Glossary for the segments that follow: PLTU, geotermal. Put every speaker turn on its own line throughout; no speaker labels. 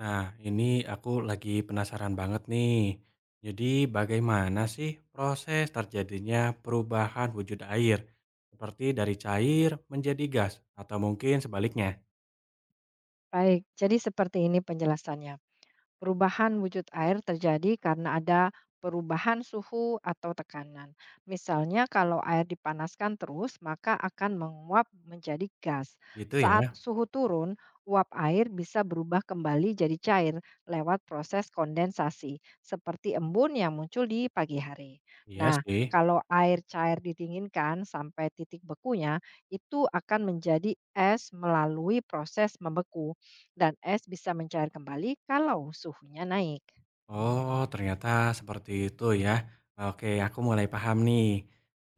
Nah, ini aku lagi penasaran banget nih. Jadi, bagaimana sih proses terjadinya perubahan wujud air, seperti dari cair menjadi gas, atau mungkin sebaliknya?
Baik, jadi seperti ini penjelasannya. Perubahan wujud air terjadi karena ada perubahan suhu atau tekanan. Misalnya kalau air dipanaskan terus, maka akan menguap menjadi gas.
Gitu
Saat
ya?
suhu turun, uap air bisa berubah kembali jadi cair lewat proses kondensasi, seperti embun yang muncul di pagi hari.
Iya
Nah,
sih.
kalau air cair didinginkan sampai titik bekunya, itu akan menjadi es melalui proses membeku dan es bisa mencair kembali kalau suhunya naik.
Oh, ternyata seperti itu ya. Oke, aku mulai paham nih.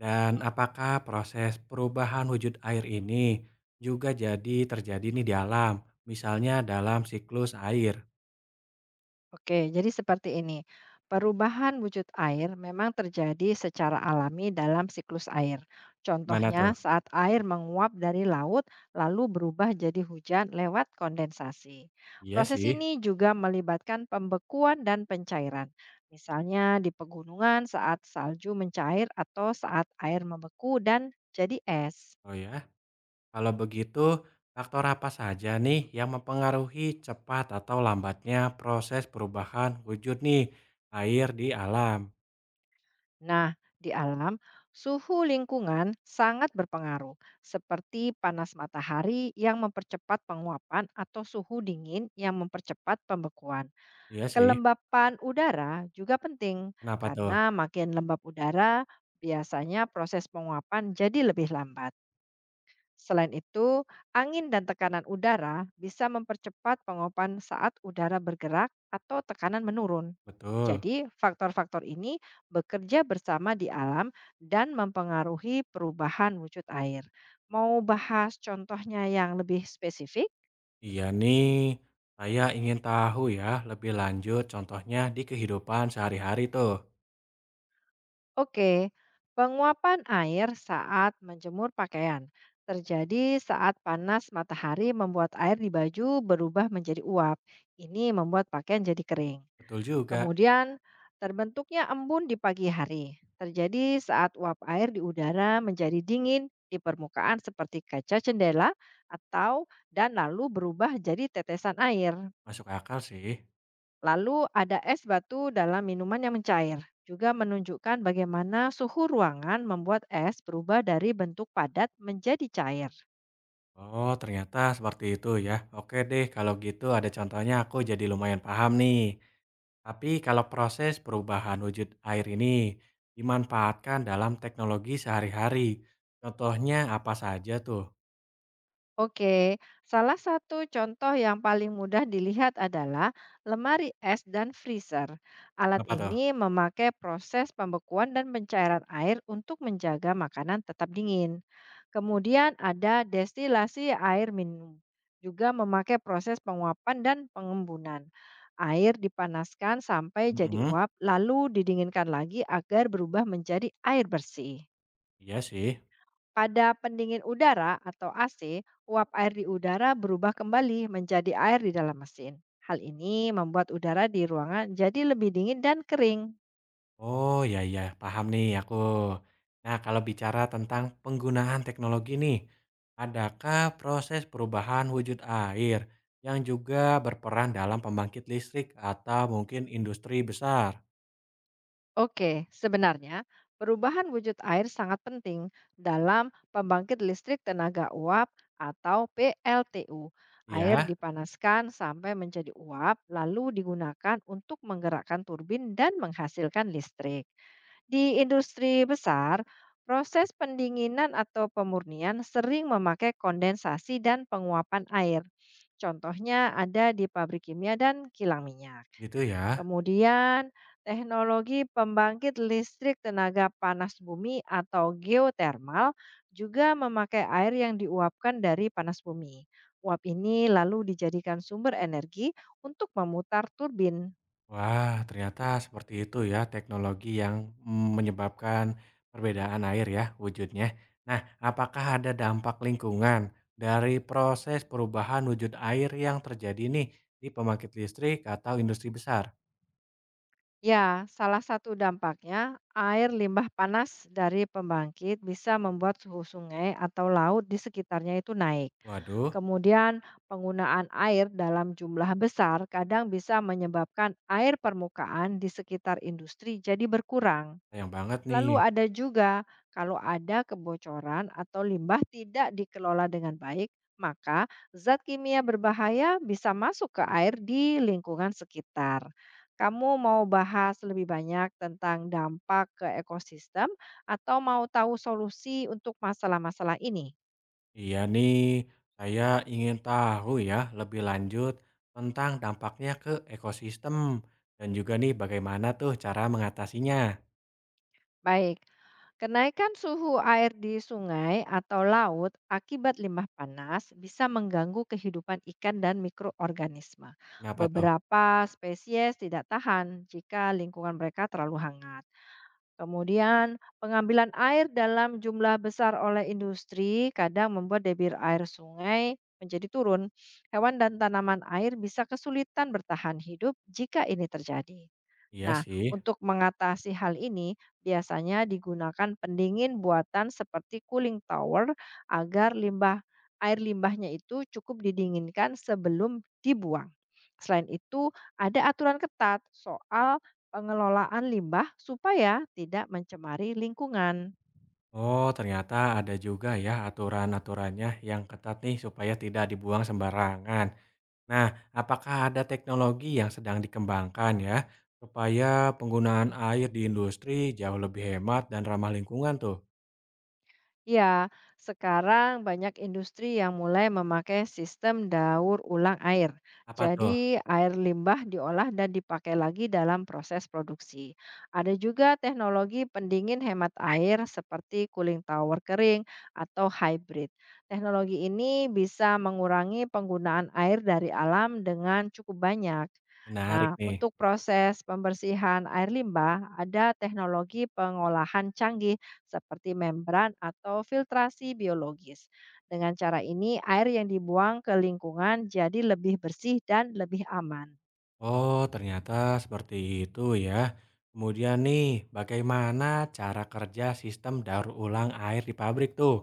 Dan apakah proses perubahan wujud air ini juga jadi terjadi nih di alam, misalnya dalam siklus air?
Oke, jadi seperti ini. Perubahan wujud air memang terjadi secara alami dalam siklus air.
Gimana
Contohnya
tuh?
saat air menguap dari laut lalu berubah jadi hujan lewat kondensasi.
Iya
Proses
sih.
ini juga melibatkan pembekuan dan pencairan. Misalnya di pegunungan saat salju mencair atau saat air membeku dan jadi es.
Oh ya. Kalau begitu, faktor apa saja nih yang mempengaruhi cepat atau lambatnya proses perubahan wujud nih air di alam?
Nah, di alam, suhu lingkungan sangat berpengaruh, seperti panas matahari yang mempercepat penguapan atau suhu dingin yang mempercepat pembekuan.
Iya sih.
Kelembapan udara juga penting,
Kenapa tuh?
karena makin lembab udara, biasanya proses penguapan jadi lebih lambat. Selain itu, angin dan tekanan udara bisa mempercepat pengopan saat udara bergerak atau tekanan menurun.
Betul.
Jadi, faktor-faktor ini bekerja bersama di alam dan mempengaruhi perubahan wujud air. Mau bahas contohnya yang lebih spesifik?
Iya nih, saya ingin tahu ya lebih lanjut contohnya di kehidupan sehari-hari tuh.
Oke, penguapan air saat menjemur pakaian terjadi saat panas matahari membuat air di baju berubah menjadi uap. Ini membuat pakaian jadi kering.
Betul juga.
Kemudian terbentuknya embun di pagi hari. Terjadi saat uap air di udara menjadi dingin di permukaan seperti kaca jendela atau dan lalu berubah jadi tetesan air.
Masuk akal sih.
Lalu ada es batu dalam minuman yang mencair. Juga menunjukkan bagaimana suhu ruangan membuat es berubah dari bentuk padat menjadi cair.
Oh, ternyata seperti itu ya. Oke deh, kalau gitu ada contohnya aku jadi lumayan paham nih. Tapi kalau proses perubahan wujud air ini dimanfaatkan dalam teknologi sehari-hari, contohnya apa saja tuh?
Oke, salah satu contoh yang paling mudah dilihat adalah lemari es dan freezer. Alat
Apa tuh?
ini memakai proses pembekuan dan pencairan air untuk menjaga makanan tetap dingin. Kemudian ada destilasi air minum, juga memakai proses penguapan dan pengembunan. Air dipanaskan sampai jadi
Mm-mm,
uap, lalu didinginkan lagi agar berubah menjadi air bersih.
iya sih.
Pada pendingin udara atau AC, uap air di udara berubah kembali menjadi air di dalam mesin. Hal ini membuat udara di ruangan jadi lebih dingin dan kering.
Oh, ya ya, paham nih aku. Nah, kalau bicara tentang penggunaan teknologi nih, adakah proses perubahan wujud air yang juga berperan dalam pembangkit listrik atau mungkin industri besar?
Oke, sebenarnya perubahan wujud air sangat penting dalam pembangkit listrik tenaga uap atau PLTU. Air
Ya,
dipanaskan sampai menjadi uap, lalu digunakan untuk menggerakkan turbin dan menghasilkan listrik. Di industri besar, proses pendinginan atau pemurnian sering memakai kondensasi dan penguapan air. Contohnya ada di pabrik kimia dan kilang minyak.
gitu ya.
Kemudian, teknologi pembangkit listrik tenaga panas bumi atau geotermal juga memakai air yang diuapkan dari panas bumi. Uap ini lalu dijadikan sumber energi untuk memutar turbin.
Wah, ternyata seperti itu ya teknologi yang menyebabkan perbedaan air ya wujudnya. Nah, apakah ada dampak lingkungan dari proses perubahan wujud air yang terjadi nih di pembangkit listrik atau industri besar?
Ya, salah satu dampaknya, air limbah panas dari pembangkit bisa membuat suhu sungai atau laut di sekitarnya itu naik.
Waduh,
Kemudian, penggunaan air dalam jumlah besar kadang bisa menyebabkan air permukaan di sekitar industri jadi berkurang.
sayang banget nih.
Lalu ada juga, kalau ada kebocoran atau limbah tidak dikelola dengan baik, maka zat kimia berbahaya bisa masuk ke air di lingkungan sekitar. Kamu mau bahas lebih banyak tentang dampak ke ekosistem atau mau tahu solusi untuk masalah-masalah ini?
Iya nih, saya ingin tahu ya lebih lanjut tentang dampaknya ke ekosistem dan juga nih bagaimana tuh cara mengatasinya.
Baik, kenaikan suhu air di sungai atau laut akibat limbah panas bisa mengganggu kehidupan ikan dan mikroorganisme.
Kenapa tuh?
Beberapa spesies tidak tahan jika lingkungan mereka terlalu hangat. Kemudian, pengambilan air dalam jumlah besar oleh industri kadang membuat debit air sungai menjadi turun. Hewan dan tanaman air bisa kesulitan bertahan hidup jika ini terjadi.
Iya
Nah,
sih.
untuk mengatasi hal ini, biasanya digunakan pendingin buatan seperti cooling tower agar air limbahnya itu cukup didinginkan sebelum dibuang. Selain itu, ada aturan ketat soal pengelolaan limbah supaya tidak mencemari lingkungan.
Oh, ternyata ada juga ya aturan-aturannya yang ketat nih supaya tidak dibuang sembarangan. Nah, apakah ada teknologi yang sedang dikembangkan ya supaya penggunaan air di industri jauh lebih hemat dan ramah lingkungan tuh?
Ya, sekarang banyak industri yang mulai memakai sistem daur ulang air.
Apa tuh?
Jadi, air limbah diolah dan dipakai lagi dalam proses produksi. Ada juga teknologi pendingin hemat air seperti cooling tower kering atau hybrid. Teknologi ini bisa mengurangi penggunaan air dari alam dengan cukup banyak.
Menarik
Nah,
nih.
untuk proses pembersihan air limbah, ada teknologi pengolahan canggih seperti membran atau filtrasi biologis. Dengan cara ini, air yang dibuang ke lingkungan jadi lebih bersih dan lebih aman.
Oh, ternyata seperti itu ya. Kemudian nih, bagaimana cara kerja sistem daur ulang air di pabrik tuh?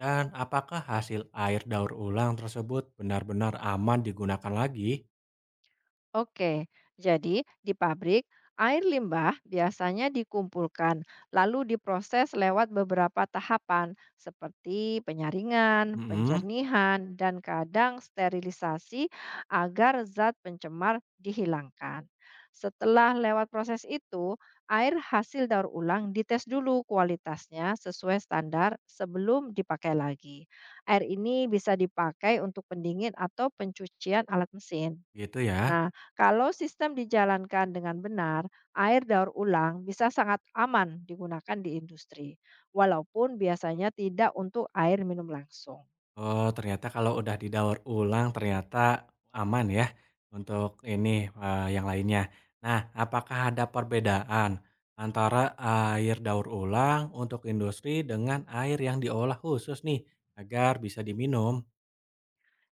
Dan apakah hasil air daur ulang tersebut benar-benar aman digunakan lagi?
Oke, jadi di pabrik, air limbah biasanya dikumpulkan, lalu diproses lewat beberapa tahapan seperti penyaringan,
Mhm,
pencernihan, dan kadang sterilisasi agar zat pencemar dihilangkan. Setelah lewat proses itu, air hasil daur ulang dites dulu kualitasnya sesuai standar sebelum dipakai lagi. Air ini bisa dipakai untuk pendingin atau pencucian alat mesin.
gitu ya.
Nah, kalau sistem dijalankan dengan benar, air daur ulang bisa sangat aman digunakan di industri, walaupun biasanya tidak untuk air minum langsung.
Oh, ternyata kalau udah didaur ulang ternyata aman ya untuk ini, yang lainnya. Nah, apakah ada perbedaan antara air daur ulang untuk industri dengan air yang diolah khusus nih, agar bisa diminum?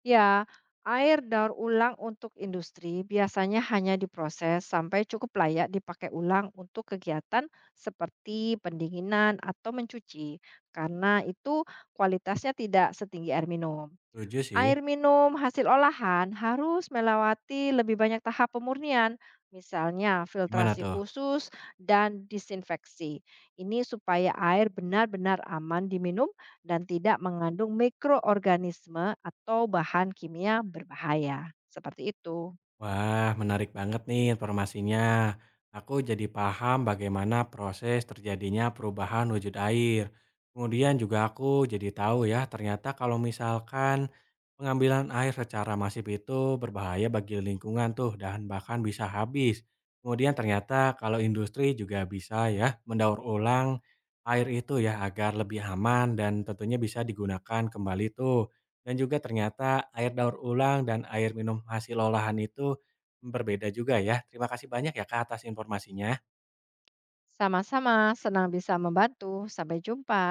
Ya, air daur ulang untuk industri biasanya hanya diproses sampai cukup layak dipakai ulang untuk kegiatan seperti pendinginan atau mencuci, karena itu kualitasnya tidak setinggi air minum.
Setuju sih.
Air minum hasil olahan harus melewati lebih banyak tahap pemurnian, misalnya
Gimana
filtrasi
tuh?
khusus dan disinfeksi. Ini supaya air benar-benar aman diminum dan tidak mengandung mikroorganisme atau bahan kimia berbahaya. Seperti itu.
Wah, menarik banget nih informasinya. Aku jadi paham bagaimana proses terjadinya perubahan wujud air. Kemudian juga aku jadi tahu ya, ternyata kalau misalkan pengambilan air secara masif itu berbahaya bagi lingkungan tuh dan bahkan bisa habis. Kemudian ternyata kalau industri juga bisa ya mendaur ulang air itu ya agar lebih aman dan tentunya bisa digunakan kembali tuh. Dan juga ternyata air daur ulang dan air minum hasil olahan itu berbeda juga ya. Terima kasih banyak ya, Kak, atas informasinya.
Sama-sama, senang bisa membantu. Sampai jumpa.